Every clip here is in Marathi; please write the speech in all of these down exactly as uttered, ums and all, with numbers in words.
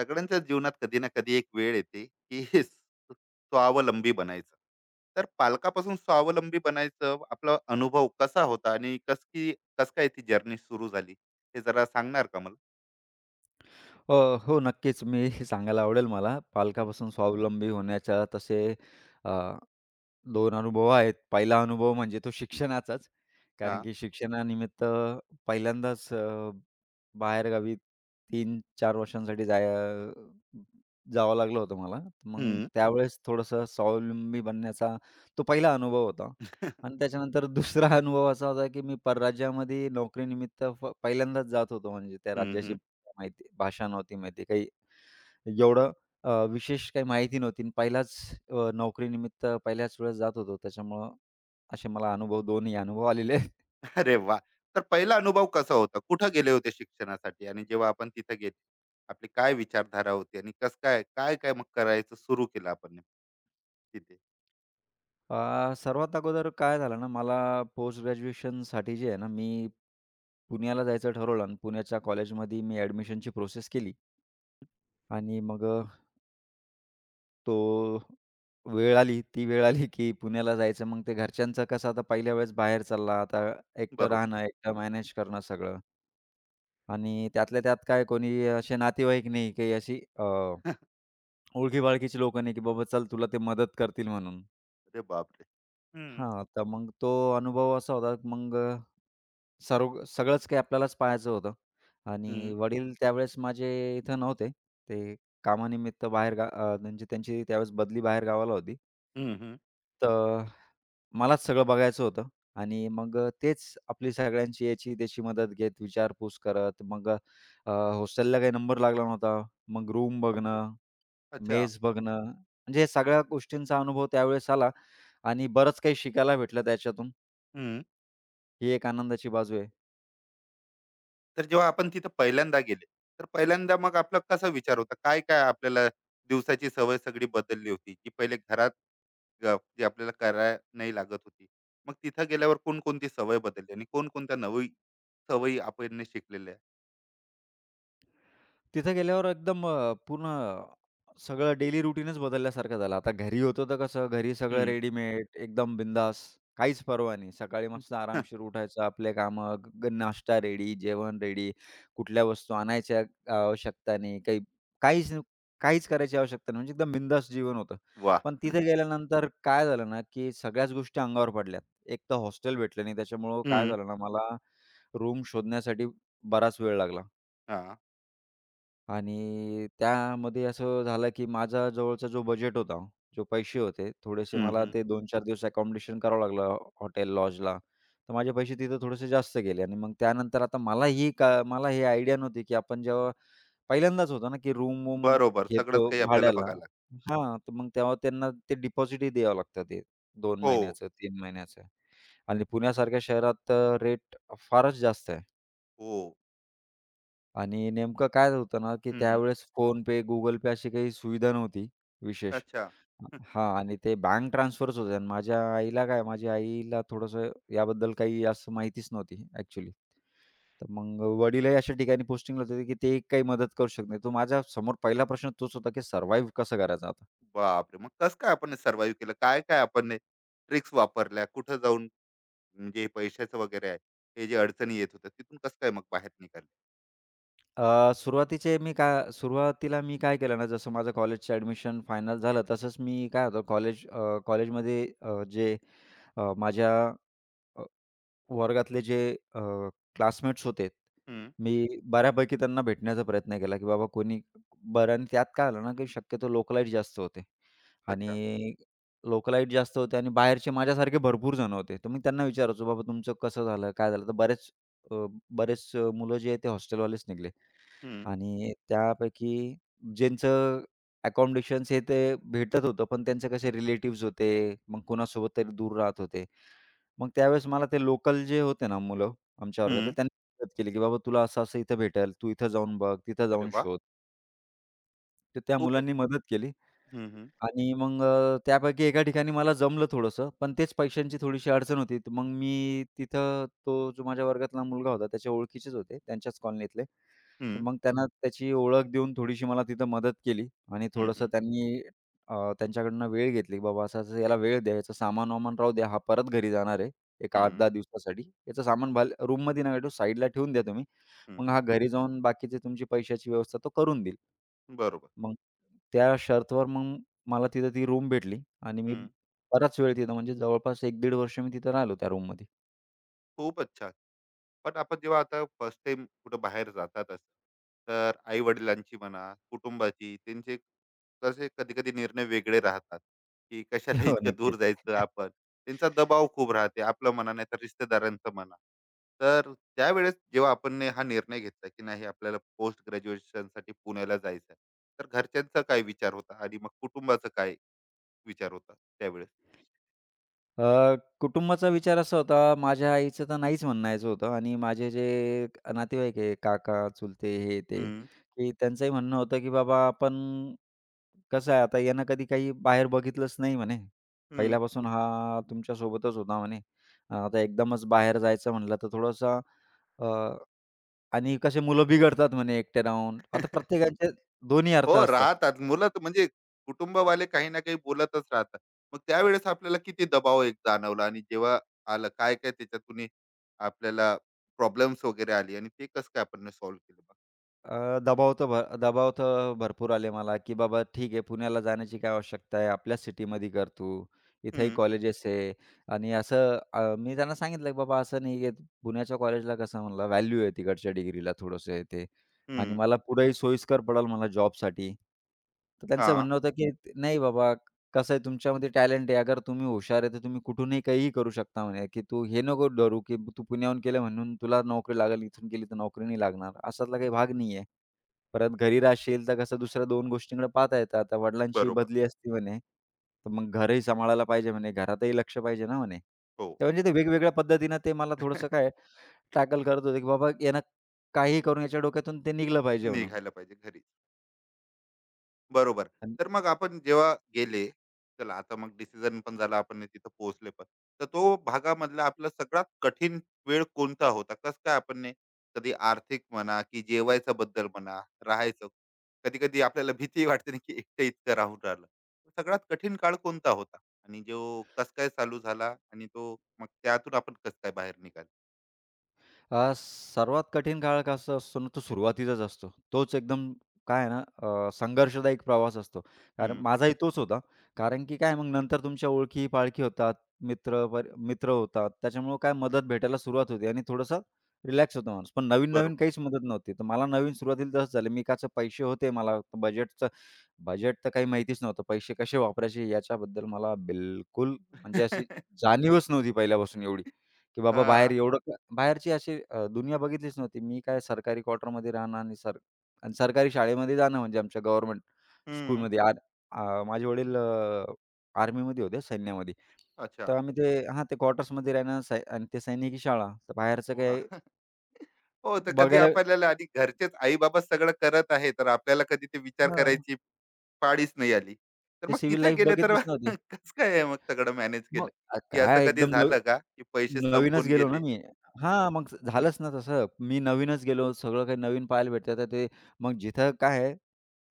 सगळ्यांच्याच जीवनात कधी ना कधी एक वेळ येते की हे स्व- स्वावलंबी बनायचं. तर पालकापासून स्वावलंबी बनायचं, आपला अनुभव कसा होता आणि कस की कस काय ती जर्नी सुरू झाली, हे जरा सांगणार का मला? अ, हो, नक्कीच. मी हे सांगायला आवडेल मला. हम्म. पालकापासून स्वावलंबी होण्याच्या तसे अ, दोन अनुभव आहेत. पहिला अनुभव म्हणजे तो शिक्षणाचाच. कारण हा. की शिक्षणानिमित्त पहिल्यांदाच अ, बाहेरगावी तीन ते चार वर्षांसाठी जाय जावं लागलं होतं मला. मग हम्म. त्यावेळेस थोडंसं स्वावलंबी बनण्याचा तो पहिला अनुभव होता. आणि त्याच्यानंतर दुसरा अनुभव असा होता, की मी परराज्यामध्ये नोकरीनिमित्त फ पहिल्यांदाच जात होतो. म्हणजे त्या हम्म, राज्याची हम्म. माहिती, भाषा नव्हती माहिती, काही एवढं अ, विशेष काही माहिती नव्हती आणि पहिलाच अ, नोकरीनिमित्त पहिल्याच वेळेस जात होतो. त्याच्यामुळं असे मला अनुभव दोन्ही अनुभव आलेले आहेत. अरे वा. तर पहिला अनुभव कसा होता? कुठं गेले होते शिक्षणासाठी आणि जेव्हा आपण तिथे गेले, आपली काय विचारधारा होती आणि कस काय काय काय मग करायचं सुरू केलं आपण तिथे? अ, सर्वात अगोदर काय झालं ना, मला पोस्ट ग्रॅज्युएशनसाठी जे आहे ना, मी पुण्याला जायचं ठरवलं आणि पुण्याच्या कॉलेजमध्ये मी ॲडमिशनची प्रोसेस केली आणि मग अ, तो वेळ आली, ती वेळ आली की पुण्याला जायचं. मग ते घरच्यांचं कसं, आता पहिल्या वेळेस बाहेर चालला, आता एकटं बरोबर. राहणं, एकटं मॅनेज करणं सगळं. आणि त्यातल्या त्यात काय, कोणी असे नातेवाईक नाही, काही अशी अ, ओळखी-पाळखीची लोकं नाही, की बाबा चल तुला ते मदत करतील म्हणून. अरे बापरे. हम्म, हां, तर मग तो अनुभव असा होता. मग अ, सर्व सगळंच काही आपल्यालाच पाहायचं होतं आणि हम्म, वडील त्यावेळेस माझे इथं नव्हते. ते कामानिमित्त बाहेर गा अ, म्हणजे त्यांची त्यावेळेस बदली बाहेर गावाला होती. हम्म, हम्म. तर मलाच सगळं बघायचं होतं आणि मग अ, तेच आपली सगळ्यांची, याची त्याची मदत घेत, विचारपूस करत, मग अ, हॉस्टेलला काही नंबर लागला नव्हता. मग रूम बघणं, अच्छा. मेज बघणं, म्हणजे हे सगळ्या गोष्टींचा अनुभव त्यावेळेस आला आणि बरंच काही शिकायला भेटलं त्याच्यातून. हं. ही एक आनंदाची बाजू आहे. तर जेव्हा आपण तिथं पहिल्यांदा गेले, तर पहिल्यांदा मग आपला कसा विचार होता? काय-काय आपल्याला दिवसाची सवय सगळी बदलली होती, की पहिले घरात अ, जे आपल्याला करायला नाही लागत होती. मग तिथं गेल्यावर कोणकोणती सवय बदलली आणि कोणकोणत्या नवी सवयी आपण शिकलेल्या आहे? तिथे गेल्यावर एकदम अ, पूर्ण सगळं डेली रुटीनच बदलल्यासारखं झालं. आता घरी होतो तर कसं, घरी सगळं हं. रेडीमेड, एकदम बिंदास, काहीच पर्वा नाही. सकाळी हं. मस्त हं. आरामशीर उठायचं, आपले कामं, ग ग नाश्ता रेडी, जेवण रेडी, कुठल्या वस्तू आणायच्या आवश्यकता नाही, काही काहीच नाही- काहीच करायची आवश्यकता नाही. म्हणजे एकदम बिंदास जीवन होतं. वाह! पण तिथे गेल्यानंतर काय झालं ना, की सगळ्याच गोष्टी अंगावर पडल्या. एक तर हॉस्टेल भेटलं नाही, त्याच्यामुळं काय हं. झालं ना, मला रूम शोधण्यासाठी बराच वेळ लागला. हां. आणि त्यामध्ये असं झालं, की माझा जवळचा जो बजेट होता, जो पैसे होते, थोडेसे मला हं, ते दोन ते चार दिवस अकोमोडेशन करावं लागलं हॉटेल, लॉजला. तर माझे पैसे तिथं थोडेसे जास्त गेले आणि मग त्यानंतर, आता मला ही का मला ही आयडिया नव्हती, की आपण जेव्हा पहिल्यांदाच होतं ना, की रूम-वूम बरोबर. सगळंच घेतो काही आपल्याला भाड्याला, बघायला लागतं. हां, तर मग तेव्हा त्यांना ते डिपॉझिटही द्यावं लागतं ते दोन हो, महिन्याचं, तीन महिन्याचं, आणि पुण्यासारख्या शहरात रेट फारच जास्त आहे. हो. आणि नेमकं काय होतं ना, की हं, हं. त्यावेळेस फोन पे, Google पे अशी काही सुविधा नव्हती विशेष. अच्छा. हं. हां, आणि ते बँक ट्रान्सफरच होते आणि माझ्या आईला काय माझ्या आईला थोडंसं याबद्दल काही असं माहितीच नव्हती ॲक्चुअली. तर मग वडीलही अशा ठिकाणी पोस्टिंगला होते, की ते काही मदत करू शकत नाही. तो माझ्यासमोर पहिला प्रश्न तोच होता, की सर्व्हाईव्ह कसं करायचं आता? बापरे! मग कसं काय आपण सर्व्हाइव्ह केलं? काय-काय आपण ट्रिक्स वापरल्या? कुठं जाऊन, म्हणजे पैशाचं वगैरे आहे, हे जे अडचणी येत होत्या, तिथून कसं काय मग बाहेर निघाले? अ, सुरुवातीचे मी काय सुरुवातीला मी काय केलं ना, जसं माझं कॉलेजचं ॲडमिशन फायनल झालं, तसंच मी, काय होतं, कॉलेज अ, कॉलेजमध्ये अ, जे अ, माझ्या वर्गातले जे क्लासमेट्स होते, हं. मी बऱ्यापैकी त्यांना भेटण्याचा प्रयत्न केला, की बाबा कोणी, बरं. आणि त्यात काय झालं ना, की शक्यतो लोकलाईट जास्त होते अच्छा. आणि लोकलाईट जास्त होते आणि बाहेरचे माझ्यासारखे भरपूर जण होते. तर मी त्यांना विचारायचो, "बाबा तुमचं कसं झालं? काय झालं?" तर बरेच अ, बरेच अ, मुलं जे आहेत ते हॉस्टेलवालेच निघाले. हं. आणि त्यापैकी ज्यांचं अकोमोडेशन्स हे ते भेटत होतं, पण त्यांचे कसे रिलेटिव्हज होते, मग कोणासोबत तरी दूर राहत होते. मग त्यावेळेस मला ते लोकल जे होते ना मुलं, आमच्या वर्गातले, हं. त्यांनी मदत केली, की "बाबा तुला असं-असं इथं भेटेल, तू इथं जाऊन बघ, तिथं अरे जाऊन वाह! शोध." तर त्या खूपच. मुलांनी मदत केली हं, हं. आणि मग अ, त्यापैकी एका ठिकाणी मला जमलं थोडंसं, पण तेच पैशांची थोडीशी अडचण होती. तर मग मी तिथं, तो जो माझ्या वर्गातला मुलगा होता, त्याच्या ओळखीचेच होते, त्यांच्याच कॉलनीतले. तर हं. मग त्यांना त्याची ओळख देऊन थोडीशी मला तिथं मदत केली आणि हं, हं, थोडंसं हं. त्यांनी अ, त्यांच्याकडनं वेळ घेतली, की बाबा असं-असं, याला वेळ द्या, याचं सामान-वामान राहू द्या, हा परत घरी जाणार आहे एक हं. आठ ते दहा दिवसासाठी. याचं सामान भाल रूममध्ये नका ठेवू, साईडला ठेवून द्या तुम्ही. मग हा घरी जाऊन बाकीची तुमची पैशाची व्यवस्था तो करून देईल. बरोबर. मग त्या शर्तवर मग मला तिथं ती रूम भेटली आणि मी हं. बराच वेळ तिथं, म्हणजे जवळपास एक ते दीड वर्ष मी तिथं राहिलो त्या रूममध्ये. खूप अच्छा. पण आपण जेव्हा आता फर्स्ट टाइम कुठं बाहेर जातात असं, तर आई वडिलांची म्हणा, कुटुंबाची, त्यांचे कसे कधी-कधी निर्णय वेगळे राहतात, की कशाला हो, इतक्या दूर नक्की. जायचं आपण. त्यांचा दबाव खूप राहते, आपलं म्हणा नाहीतर रिश्तेदारांचं म्हणा. तर त्यावेळेस जेव्हा आपण हा निर्णय घेतला, की नाही आपल्याला पोस्ट ग्रॅज्युएशनसाठी पुण्याला जायचं, तर घरच्यांचा काय विचार होता आणि मग कुटुंबाचा काय विचार होता त्यावेळेस? अ, कुटुंबाचा विचार असा होता, माझ्या आईचं तर नाहीच म्हणायचं होतं आणि माझे जे नातेवाईक आहे, काका, चुलते, हे ते, हं, की त्यांचंही म्हणणं होतं, की "बाबा आपण, कसं आहे, आता यानं कधी काही बाहेर बघितलंच नाही" म्हणे. हं. "पहिल्यापासून हा तुमच्यासोबतच होता" म्हणे. अ, "आता एकदमच बाहेर जायचं म्हणलं तर थोडंसं अ, आणि कसे मुलं बिघडतात" म्हणे, एकटे राहून. आता प्रत्येकाचे दोन्ही अर्थ हो, असतात. राहतात. मुलं तर म्हणजे कुटुंबवाले काही ना काही बोलतच राहतात. मग त्यावेळेस आपल्याला किती दबाव एक जाणवला आणि जेव्हा आलं, काय-काय त्याच्यातून आपल्याला प्रॉब्लेम्स वगैरे आले आणि ते कसं काय आपण सॉल्व्ह केलं? अ, दबाव तर भर दबाव तर भरपूर आले मला, की बाबा ठीक आहे, पुण्याला जाण्याची काय आवश्यकता आहे? आपल्याच सिटीमध्ये कर तू. इथेही हं, कॉलेजेस आहे. आणि असं अ, मी त्यांना सांगितलं, की बाबा असं नाही आहे, पुण्याच्या कॉलेजला कसं म्हणलं व्हॅल्यू आहे, तिकडच्या डिग्रीला थोडंसं आहे ते, आणि हं. मला पुढेही सोयीस्कर पडेल मला जॉबसाठी. तर त्यांचं हां, म्हणणं होतं, की "नाही बाबा, कसं आहे, तुमच्यामध्ये टॅलेंट आहे. अगर तुम्ही हुशार आहे, तर तुम्ही कुठूनही काहीही करू शकता" म्हणे, "की तू हे नको डरू की तू पुण्याहून केलं म्हणून तुला नोकरी लागेल, इथून केली तर नोकरी नाही लागणार. असातला काही भाग नाही आहे. परत घरी राहशील, तर कसं दुसऱ्या दोन गोष्टींकडे पाहता येतं. आता वडिलांची बरोबर. बदली असते" म्हणे, "तर मग घरही सांभाळायला पाहिजे" म्हणे, "घरातही लक्ष पाहिजे ना" म्हणे. हो. तर म्हणजे ते वेगवेगळ्या पद्धतीनं ते मला थोडंसं, काय, टॅकल करत होते, की बाबा यानं काहीही करून याच्या डोक्यातून ते निघलं पाहिजे म्हणून. निघायला पाहिजे घरी. बरोबर. तर मग आपण जेव्हा गेले, चला आता मग डिसिजन पण झाला, आपण नाही तिथं पोहोचले पण. तर तो भागामधला आपला सगळ्यात कठीण वेळ कोणता होता? कसं काय आपण ने कधी आर्थिक म्हणा की जेवायच्या बद्दल म्हणा, राहायचं. कधी-कधी आपल्याला भीती वाटते ना की एकटं इतकं राहून राहिलं. तर सगळ्यात कठीण काळ कोणता होता? आणि जो कसं काय चालू झाला आणि तो मग त्यातून आपण कसं काय बाहेर निघाले? अ, सर्वात कठीण काळ कसा असतो ना, तो सुरुवातीचाच असतो. तोच एकदम, काय आहे ना, अ, संघर्षदायक प्रवास असतो. कारण हं, माझाही तोच होता. कारण की काय, मग नंतर तुमच्या ओळखी-पाळखी होतात, मित्र पर मित्र होतात. त्याच्यामुळं काय मदत भेटायला सुरुवात होते आणि थोडंसं रिलॅक्स होतो माणूस. पण नवीन-नवीन बरोबर. काहीच मदत नव्हती. तर मला नवीन सुरुवातीला तसंच झालं. मी काचे पैसे होते मला, बजेट बजेट तर काही माहितीच नव्हतं. पैसे कसे वापरायचे याच्याबद्दल मला बिलकुल, म्हणजे अशी जाणीवच नव्हती पहिल्यापासून एवढी, की बाबा बाहेर हां. एवढं क बाहेरची अशी अ, दुनिया बघितलीच नव्हती. मी काय सरकारी क्वार्टरमध्ये राहणं आणि सर आणि सरकारी शाळेमध्ये जाणं, म्हणजे आमच्या गव्हर्नमेंट हं. स्कूलमध्ये. आर अ, माझे वडील आर्मीमध्ये होते, सैन्यामध्ये. अच्छा. तर आम्ही ते, हां, ते क्वार्टर्समध्ये राहणं सै आणि ते सैनिकी शाळा. तर बाहेरचं काही वाह! हो, तर कधी बघायला, आपल्याला आधी घरचेच आई-बाबा सगळं करत आहे, तर आपल्याला कधी ते विचार हां, करायची पाळीच नाही आली. तर ते मग सिव्हिल तिथे लाईफ गेले तर, बघितलीच नव्हती. कसं काय आहे मग सगळं मॅनेज केलं? मग अ, की असं काय कधी एकदम झालं का, की पैसे नवी नवीनच संपून गेलो गेले? ना मी. हं, हं. हां, मग झालंच ना तसं. मी नवीनच गेलो, सगळं काही नवीन पाहायला भेटतं. तर ते, मग जिथं काय आहे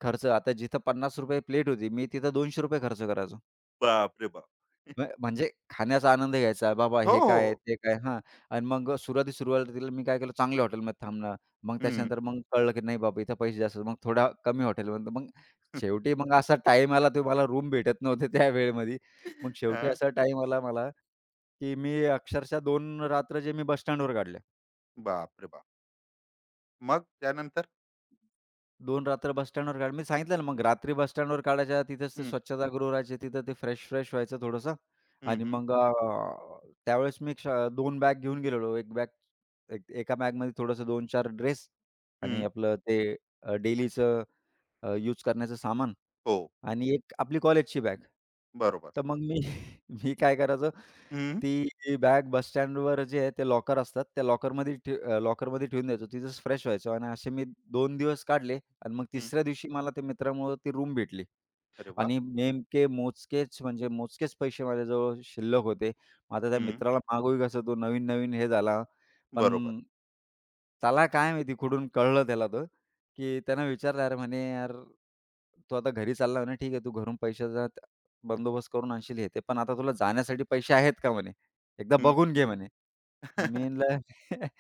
खर्च, आता जिथं ₹पन्नास रुपये प्लेट होती, मी तिथं ₹दोनशे रुपये खर्च करायचो. बापरे बाप! म्ह म्हणजे खाण्याचा आनंद घ्यायचा. बाबा हो, हे हो, काय आहे, हो. ते काय, हां. आणि मग सुरुवाती सुरुवातीला मी काय केलं, चांगल्या हॉटेलमध्ये थांबणं. मग हं. त्याच्यानंतर मग कळलं की नाही बाबा इथं पैसे जास्त. मग थोडा कमी हॉटेलमध्ये. मग शेवटी मग असा टाईम आला, तो मला रूम भेटत नव्हते त्या वेळेमध्ये. मग शेवटी हां. असा टाईम आला मला, की मी अक्षरशः दोन रात्र जे मी बस स्टँडवर काढल्या. बापरे बाप! मग त्यानंतर? दोन रात्र बस स्टँडवर काढ मी सांगितलं ना, मग रात्री बस स्टँडवर काढायच्या, तिथेच ते हं, स्वच्छतागृह राहायचे, तिथं ते फ्रेश-फ्रेश व्हायचं थोडंसं. हं, आणि हं, मग अ, त्यावेळेस मी, क्ष दोन बॅग घेऊन गेलेलो. एक बॅग एक एका बॅगमध्ये थोडंसं दोन ते चार ड्रेस आणि हं. आपलं ते अ, डेलीचं अ, यूज करण्याचं सामान, हो, आणि एक आपली कॉलेजची बॅग. बरोबर. तर मग मी मी काय करायचो, हं, ती बॅग बस स्टँडवर जे आहे ते लॉकर असतात, त्या लॉकरमध्ये ठे अ, लॉकरमध्ये ठेवून द्यायचो. तिथेच फ्रेश व्हायचो आणि असे मी दोन दिवस काढले आणि मग हं. तिसऱ्या दिवशी मला ते मित्रामुळं ती रूम भेटली. अरे वाह! आणि नेमके मोजकेच म्हणजे मोजकेच पैसे माझ्याजवळ शिल्लक होते. मग आता त्या हं. मित्राला मागूही कसं, तो नवीन-नवीन हे झाला. बरोबर. पण त्याला काय माहिती, कुठून कळलं त्याला तर, की त्यानं विचारलं "अरे," म्हणे, "यार, तू आता घरी चालला" म्हणे, "ठीक आहे, तू घरून पैशाचा त बंदोबस्त करून आणशील हे ते, पण आता तुला जाण्यासाठी पैसे आहेत का?" म्हणे. "एकदा हं, बघून घे" म्हणे. मी म्हणलं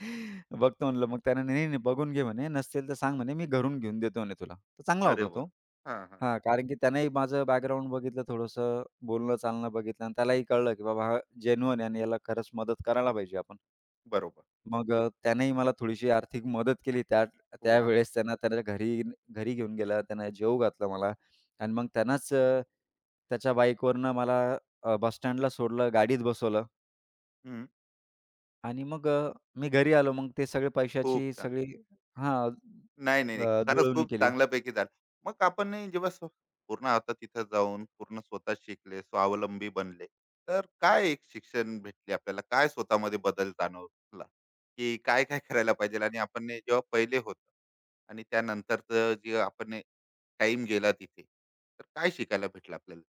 बघतो म्हणलं. मग त्यानं "नाही, नाही, बघून घे" म्हणे, "नसतील तर सांग" म्हणे, "मी घरून घेऊन देतो" म्हणे, "तुला." तर चांगला अरे होता वाह! तो. हां, हां. हां, कारण की त्यानंही माझं बॅकग्राऊंड बघितलं थोडंसं, बोलणं चालणं बघितलं, आणि त्यालाही कळलं, की बाबा हा जेन्युइन आहे आणि याला खरंच मदत करायला पाहिजे आपण. बरोबर. मग अ, त्यानेही मला थोडीशी आर्थिक मदत केली त्या वाह! त्यावेळेस. त्यांना त्याच्या घरी घरी घेऊन गेला, त्यानं जेवू घातलं मला, आणि मग त्यानंच अ, त्याच्या बाईकवरनं मला अ, बस स्टँडला सोडलं, गाडीत बसवलं, हं, आणि मग अ, मी घरी आलो. मग ते सगळे खूप पैशाची छान. सगळी, हां, नाही, नाही, नाही. अ, खरंच जुळवणी खूप केली. चांगल्यापैकी झालं. मग आपण नाही जेव्हा स्व पूर्ण आता तिथं जाऊन पूर्ण स्वतः शिकले, स्वावलंबी बनले, तर काय एक शिक्षण भेटली आपल्याला? काय स्वतःमध्ये बदल जाणवला? की काय-काय करायला पाहिजे आणि आपण हे जेव्हा पहिले होतं आणि त्यानंतरचं जे आपण हे गेला तिथे, तर काय शिकायला भेटलं आपल्याला?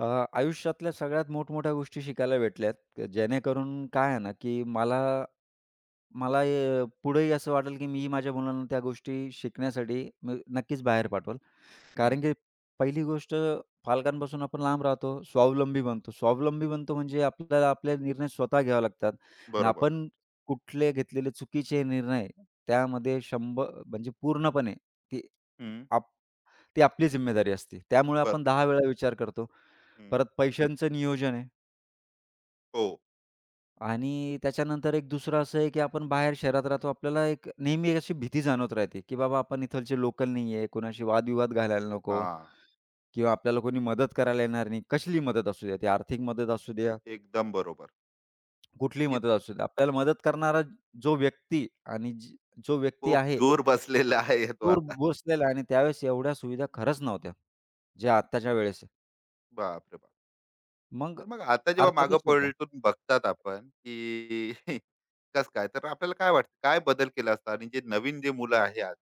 अ, आयुष्यातल्या सगळ्यात मोठमोठ्या गोष्टी शिकायला भेटल्यात, जेणेकरून काय आहे ना, की मला मला अ, पुढेही असं वाटेल, की मीही माझ्या मुलांना त्या गोष्टी शिकण्यासाठी मी नक्कीच बाहेर पाठवल. हं. कारण की पहिली गोष्ट, पालकांपासून आपण लांब राहतो, स्वावलंबी बनतो. स्वावलंबी बनतो म्हणजे आपल्याला आपले निर्णय स्वतः घ्यावे लागतात आणि बरोबर. आपण कुठले घेतलेले चुकीचे निर्णय त्यामध्ये शंभर, म्हणजे पूर्णपणे ती, हं. आप ती आपली जिम्मेदारी असते. त्यामुळे बरं. आपण दहा वेळा विचार करतो. हं. परत पैशांचं नियोजन आहे हो. आणि त्याच्यानंतर एक दुसरं असं आहे, की आपण बाहेर शहरात राहतो. आपल्याला एक नेहमी एक अशी भीती जाणवत राहते, की बाबा आपण इथलचे लोकल नाही आहे, कोणाशी वादविवाद घालायला नको. हां. किंवा आपल्याला कोणी मदत करायला येणार नाही. कसलीही मदत असू द्या, ती आर्थिक मदत असू द्या, एकदम बरोबर. कुठलीही की मदत असू द्या. आपल्याला मदत करणारा जो व्यक्ती, आणि जी जो व्यक्ती खूप आहे, दूर बसलेला आहे तो दूर आता. बसलेला आहे. आणि त्यावेळेस एवढ्या सुविधा खरंच नव्हत्या, ज्या आत्ताच्या वेळेस आहे. बापरे बाप! मग तर मग आता जेव्हा मागं अर्थातच होतं. पलटून बघतात आपण, की कसं काय? तर आपल्याला काय वाटतं, काय बदल केला असता? आणि जे नवीन जे मुलं आहे आज,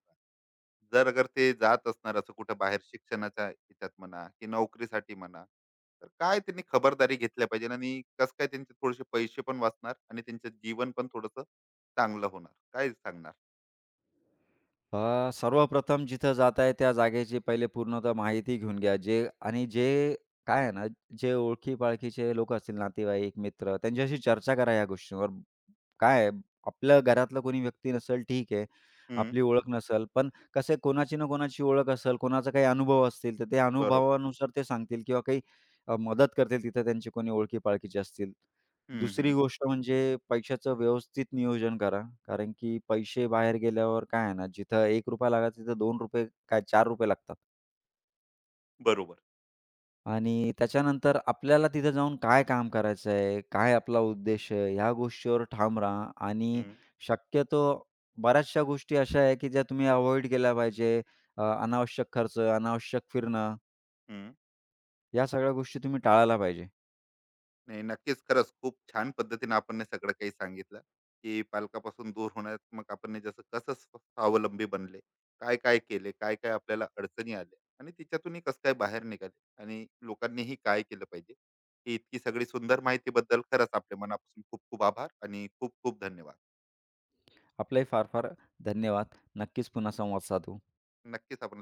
जर अगर ते जात असणार असं कुठं बाहेर शिक्षणाच्या ह्याच्यात म्हणा की नोकरीसाठी म्हणा, तर काय त्यांनी खबरदारी घेतल्या पाहिजे? आणि कसं काय त्यांचे थोडेसे पैसे पण वाचणार आणि त्यांचं जीवन पण थोडंसं चांगलं होणार? काय सांगणार? अ, सर्वप्रथम जिथं जात आहे त्या जागेची पहिले पूर्णतः माहिती घेऊन घ्या. जे आणि जे, काय आहे ना, जे ओळखी-पाळखीचे लोकं असतील, नातेवाईक, मित्र, त्यांच्याशी चर्चा करा या गोष्टींवर. काय आहे, आपलं घरातलं कोणी व्यक्ती नसेल ठीक आहे. हं, आपली ओळख नसेल, पण कसं आहे, कोणाची ना कोणाची ओळख असेल, कोणाचा काही अनुभव असतील, तर ते बरोबर. अनुभवानुसार ते सांगतील किंवा काही अ, मदत करतील तिथं, त्यांची कोणी ओळखी-पाळखीचे असतील. हं, दुसरी हं. गोष्ट म्हणजे पैशाचं व्यवस्थित नियोजन करा. कारण की पैसे बाहेर गेल्यावर काय आहे ना, जिथं ₹एक रुपया लागायचा तिथं ₹दोन रुपये, काय ₹चार रुपये लागतात. बरोबर. आणि त्याच्यानंतर आपल्याला तिथं जाऊन काय काम करायचं आहे, काय आपला उद्देश आहे, ह्या गोष्टीवर ठाम राहा. आणि हं, शक्यतो बऱ्याचशा गोष्टी अशा आहे, की ज्या तुम्ही अव्हॉइड केल्या पाहिजे. अ, अनावश्यक खर्च, अनावश्यक फिरणं, हं. या सगळ्या गोष्टी तुम्ही टाळायला पाहिजे. नाही, नक्कीच खरंच खूप छान पद्धतीने आपण हे सगळं काही सांगितलं, की पालकापासून दूर होण्यात मग आपण हे जसं कसं स्व- स्वावलंबी बनले, काय काय केले, काय काय आपल्याला अडचणी आल्या आणि तिच्यातूनही कसं काय बाहेर निघाले आणि लोकांनीही काय केलं पाहिजे. ही इतकी सगळी सुंदर माहितीबद्दल खरंच आपल्या मनापासून खूप खूप आभार आणि खूप खूप धन्यवाद. आपलाही फार फार धन्यवाद. नक्कीच पुन्हा संवाद साधू. नक्कीच आपण